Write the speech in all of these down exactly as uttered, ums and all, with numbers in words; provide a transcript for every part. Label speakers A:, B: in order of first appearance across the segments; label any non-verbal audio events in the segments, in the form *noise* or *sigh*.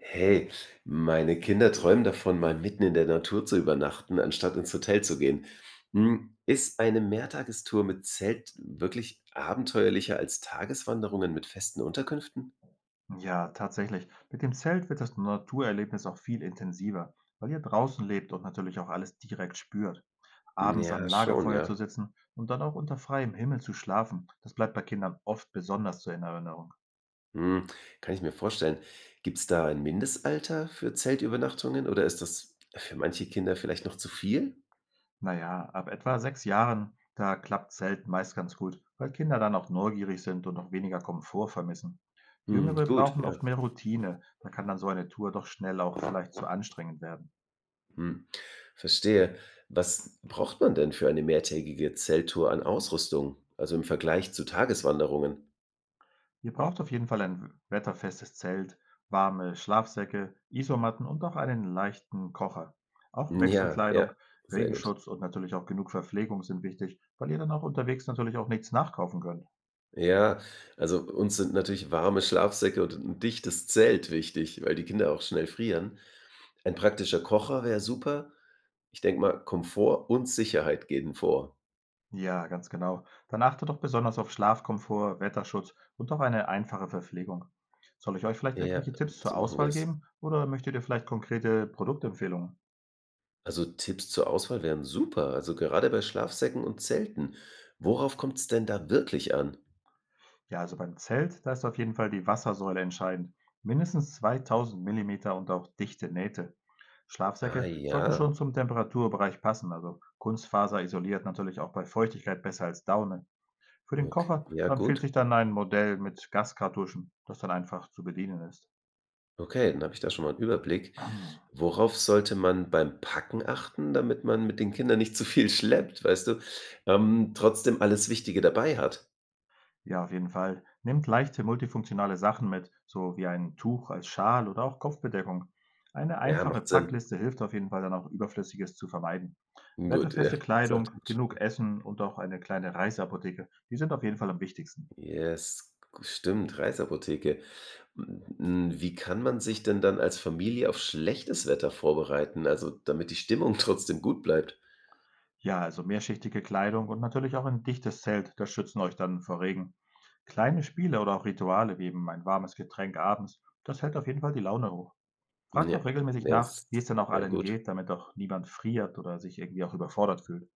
A: Hey, meine Kinder träumen davon, mal mitten in der Natur zu übernachten, anstatt ins Hotel zu gehen. Hm, ist eine Mehrtagestour mit Zelt wirklich abenteuerlicher als Tageswanderungen mit festen Unterkünften?
B: Ja, tatsächlich. Mit dem Zelt wird das Naturerlebnis auch viel intensiver, weil ihr draußen lebt und natürlich auch alles direkt spürt. Abends am
A: Ja, schon,
B: Lagerfeuer zu
A: ja.
B: sitzen und dann auch unter freiem Himmel zu schlafen, das bleibt bei Kindern oft besonders so in Erinnerung.
A: Hm, kann ich mir vorstellen. Gibt es da ein Mindestalter für Zeltübernachtungen oder ist das für manche Kinder vielleicht noch zu viel?
B: Naja, ab etwa sechs Jahren, da klappt Zelt meist ganz gut, weil Kinder dann auch neugierig sind und auch weniger Komfort vermissen.
A: Hm,
B: Jüngere
A: gut,
B: brauchen
A: ja.
B: oft mehr Routine, da kann dann so eine Tour doch schnell auch vielleicht zu anstrengend werden.
A: Hm, verstehe. Was braucht man denn für eine mehrtägige Zelttour an Ausrüstung? Also im Vergleich zu Tageswanderungen?
B: Ihr braucht auf jeden Fall ein wetterfestes Zelt, warme Schlafsäcke, Isomatten und auch einen leichten Kocher. Auch
A: Hm, ja, ja,
B: Wechselkleidung,
A: sehr gut.
B: Regenschutz und natürlich auch genug Verpflegung sind wichtig, weil ihr dann auch unterwegs natürlich auch nichts nachkaufen könnt.
A: Ja, also uns sind natürlich warme Schlafsäcke und ein dichtes Zelt wichtig, weil die Kinder auch schnell frieren. Ein praktischer Kocher wäre super. Ich denke mal, Komfort und Sicherheit gehen vor.
B: Ja, ganz genau. Dann achtet doch besonders auf Schlafkomfort, Wetterschutz und auch eine einfache Verpflegung. Soll ich euch vielleicht
A: Ja,
B: irgendwelche Tipps zur
A: so machen wir
B: Auswahl
A: es.
B: geben oder möchtet ihr vielleicht konkrete Produktempfehlungen?
A: Also Tipps zur Auswahl wären super. Also gerade bei Schlafsäcken und Zelten. Worauf kommt es denn da wirklich an?
B: Ja, also beim Zelt, da ist auf jeden Fall die Wassersäule entscheidend. Mindestens zweitausend Millimeter und auch dichte Nähte.
A: Ah
B: Schlafsäcke sollten
A: ja,
B: schon zum Temperaturbereich passen, also Kunstfaser isoliert natürlich auch bei Feuchtigkeit besser als Daune. Für den
A: okay.
B: Kocher,
A: Ja,
B: da empfiehlt
A: gut.
B: sich dann ein Modell mit Gaskartuschen, das dann einfach zu bedienen ist.
A: Okay, dann habe ich da schon mal 'n Überblick.
B: *clears throat*
A: Worauf sollte man beim Packen achten, damit man mit den Kindern nicht zu viel schleppt, weißt du? Ähm, trotzdem alles Wichtige dabei hat.
B: Ja, auf jeden Fall. Nehmt leichte multifunktionale Sachen mit, so wie ein Tuch als Schal oder auch Kopfbedeckung. Eine
A: Ja,
B: einfache
A: macht Sinn.
B: Packliste hilft auf jeden Fall dann auch Überflüssiges zu vermeiden.
A: Gut, ja,
B: Wetterfeste Kleidung,
A: sollte man schon.
B: genug Essen und auch eine kleine Reiseapotheke, die sind auf jeden Fall am wichtigsten.
A: Yes, g stimmt, Reiseapotheke. Hm, hm, wie kann man sich denn dann als Familie auf schlechtes Wetter vorbereiten, also damit die Stimmung *laughs* trotzdem gut bleibt?
B: Ja, also mehrschichtige Kleidung und natürlich auch ein dichtes Zelt, das schützen euch dann vor Regen. Kleine Spiele oder auch Rituale wie eben ein warmes Getränk abends, das hält auf jeden Fall die Laune hoch. Frag
A: Ja,
B: doch regelmäßig
A: ja,
B: nach,
A: das
B: wie es denn auch
A: wäre
B: allen
A: gut.
B: geht, damit doch niemand friert oder sich irgendwie auch überfordert fühlt.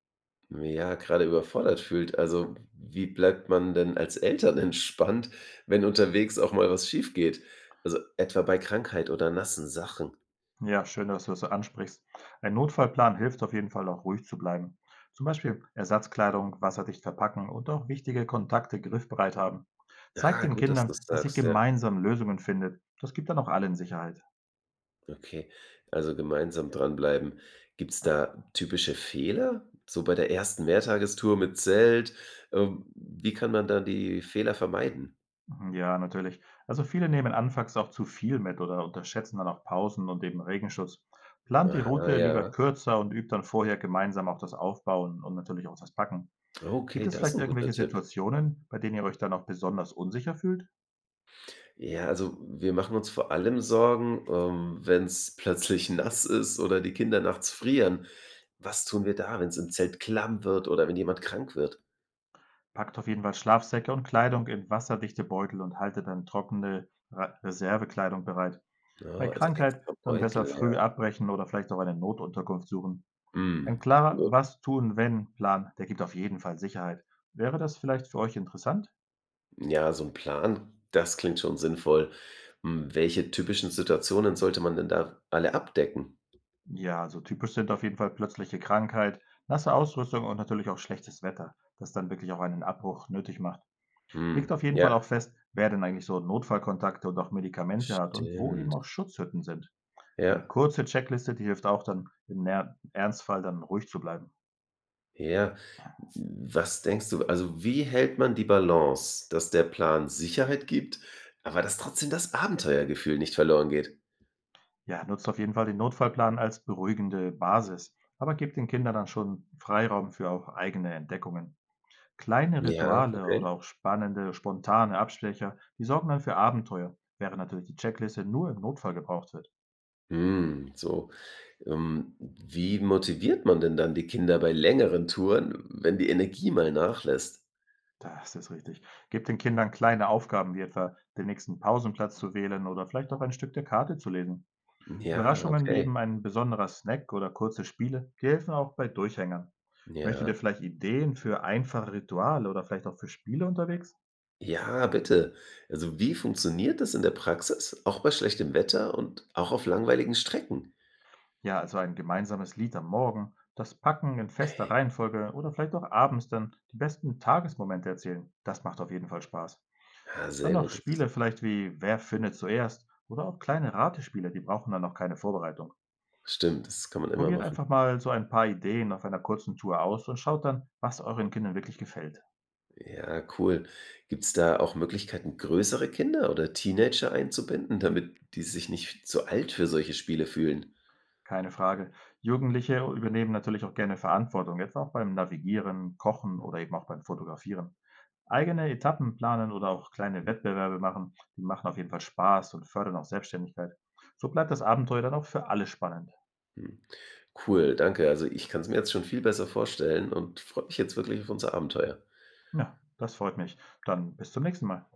A: Ja, gerade überfordert fühlt. Also, wie bleibt man denn als Eltern entspannt, wenn unterwegs auch mal was schief geht? Also, etwa bei Krankheit oder nassen Sachen.
B: Ja, schön, dass du das so ansprichst. Ein Notfallplan hilft auf jeden Fall auch ruhig zu bleiben. Zum Beispiel Ersatzkleidung wasserdicht verpacken und auch wichtige Kontakte griffbereit haben. Zeigt
A: Ah,
B: den
A: gut, dass du's
B: Kindern, dass ihr
A: sagst, ja.
B: gemeinsam Lösungen findet. Das gibt dann auch allen Sicherheit.
A: Okay, also gemeinsam dranbleiben. Gibt's da typische Fehler? So bei der ersten Mehrtagestour mit Zelt, ähm, wie kann man da die Fehler vermeiden?
B: Mhm. Ja, natürlich. Also viele nehmen anfangs auch zu viel mit oder unterschätzen dann auch Pausen und eben Regenschutz. Plant die
A: Aha,
B: Route
A: ja.
B: lieber kürzer und übt dann vorher gemeinsam auch das Aufbauen und natürlich auch das Packen. Gibt
A: Okay,
B: es
A: das ist
B: vielleicht
A: ein guter
B: irgendwelche
A: Tipp.
B: Situationen, bei denen ihr euch dann auch besonders unsicher fühlt?
A: Ja, also wir machen uns vor allem Sorgen, ähm, wenn es plötzlich nass ist oder die Kinder nachts frieren. Was tun wir da, wenn es im Zelt klamm wird oder wenn jemand krank wird?
B: Packt auf jeden Fall Schlafsäcke und Kleidung in wasserdichte Beutel und haltet dann trockene Ra Reservekleidung bereit.
A: Ja,
B: Bei
A: also
B: Krankheit
A: extra
B: dann besser
A: Beutel,
B: früh
A: ja.
B: abbrechen oder vielleicht auch eine Notunterkunft suchen. Ein
A: Mhm,
B: klarer
A: gut.
B: Was-tun-wenn-Plan, der gibt auf jeden Fall Sicherheit. Wäre das vielleicht für euch interessant?
A: Ja, so ein Plan, das klingt schon sinnvoll. Hm, welche typischen Situationen sollte man denn da alle abdecken?
B: Ja, also typisch sind auf jeden Fall plötzliche Krankheit, nasse Ausrüstung und natürlich auch schlechtes Wetter, das dann wirklich auch einen Abbruch nötig macht. Legt
A: Hm,
B: auf jeden Fall
A: ja,
B: auch fest, wer denn eigentlich so Notfallkontakte und auch Medikamente hat und wo eben
A: stimmt.
B: auch Schutzhütten sind. Eine
A: Ja.
B: kurze Checkliste, die hilft auch dann im Ner Ernstfall dann ruhig zu bleiben.
A: Ja. Was denkst du also, wie hält man die Balance, dass der Plan Sicherheit gibt, aber dass trotzdem das Abenteuergefühl nicht verloren geht?
B: Ja, nutzt auf jeden Fall den Notfallplan als beruhigende Basis, aber gebt den Kindern dann schon Freiraum für auch eigene Entdeckungen. Kleine
A: Ja,
B: Rituale oder
A: okay.
B: auch spannende, spontane Abstecher, die sorgen dann für Abenteuer, während natürlich die Checkliste nur im Notfall gebraucht wird.
A: Hm, so. Ähm, wie motiviert man denn dann die Kinder bei längeren Touren, wenn die Energie mal nachlässt?
B: Das ist richtig. Gebt den Kindern kleine Aufgaben wie etwa den nächsten Pausenplatz zu wählen oder vielleicht auch ein Stück der Karte zu lesen.
A: Ja,
B: Überraschungen wie
A: okay.
B: eben ein besonderer Snack oder kurze Spiele, die helfen auch bei Durchhängern. Möchtet ihr
A: Ja.
B: vielleicht Ideen für einfache Rituale oder vielleicht auch für Spiele unterwegs?
A: Ja, bitte. Also, wie funktioniert das in der Praxis, auch bei schlechtem Wetter und auch auf langweiligen Strecken?
B: Ja, also ein gemeinsames Lied am Morgen, das Packen in fester
A: Okay.
B: Reihenfolge oder vielleicht auch abends dann die besten Tagesmomente erzählen. Das macht auf jeden Fall Spaß.
A: Ja,
B: Dann
A: sehr
B: noch
A: gut. Das
B: Spiele vielleicht wie Wer findet zuerst oder auch kleine Ratespiele, die brauchen dann noch keine Vorbereitung.
A: stimmt, das kann man immer
B: Probiert
A: machen.
B: einfach mal so ein paar Ideen auf einer kurzen Tour aus und schaut dann, was euren Kindern wirklich gefällt.
A: Ja, cool. Gibt's da auch Möglichkeiten, größere Kinder oder Teenager einzubinden, damit die sich nicht zu alt für solche Spiele fühlen?
B: Keine Frage. Jugendliche übernehmen natürlich auch gerne Verantwortung, etwa auch beim Navigieren, Kochen oder eben auch beim Fotografieren. Eigene Etappen planen oder auch kleine Wettbewerbe machen, die machen auf jeden Fall Spaß und fördern auch Selbstständigkeit. So bleibt das Abenteuer dann auch für alle spannend.
A: Hm. Cool, danke. Also ich kann es mir jetzt schon viel besser vorstellen und freue mich jetzt wirklich auf unser Abenteuer.
B: Ja, das freut mich. Dann bis zum nächsten Mal.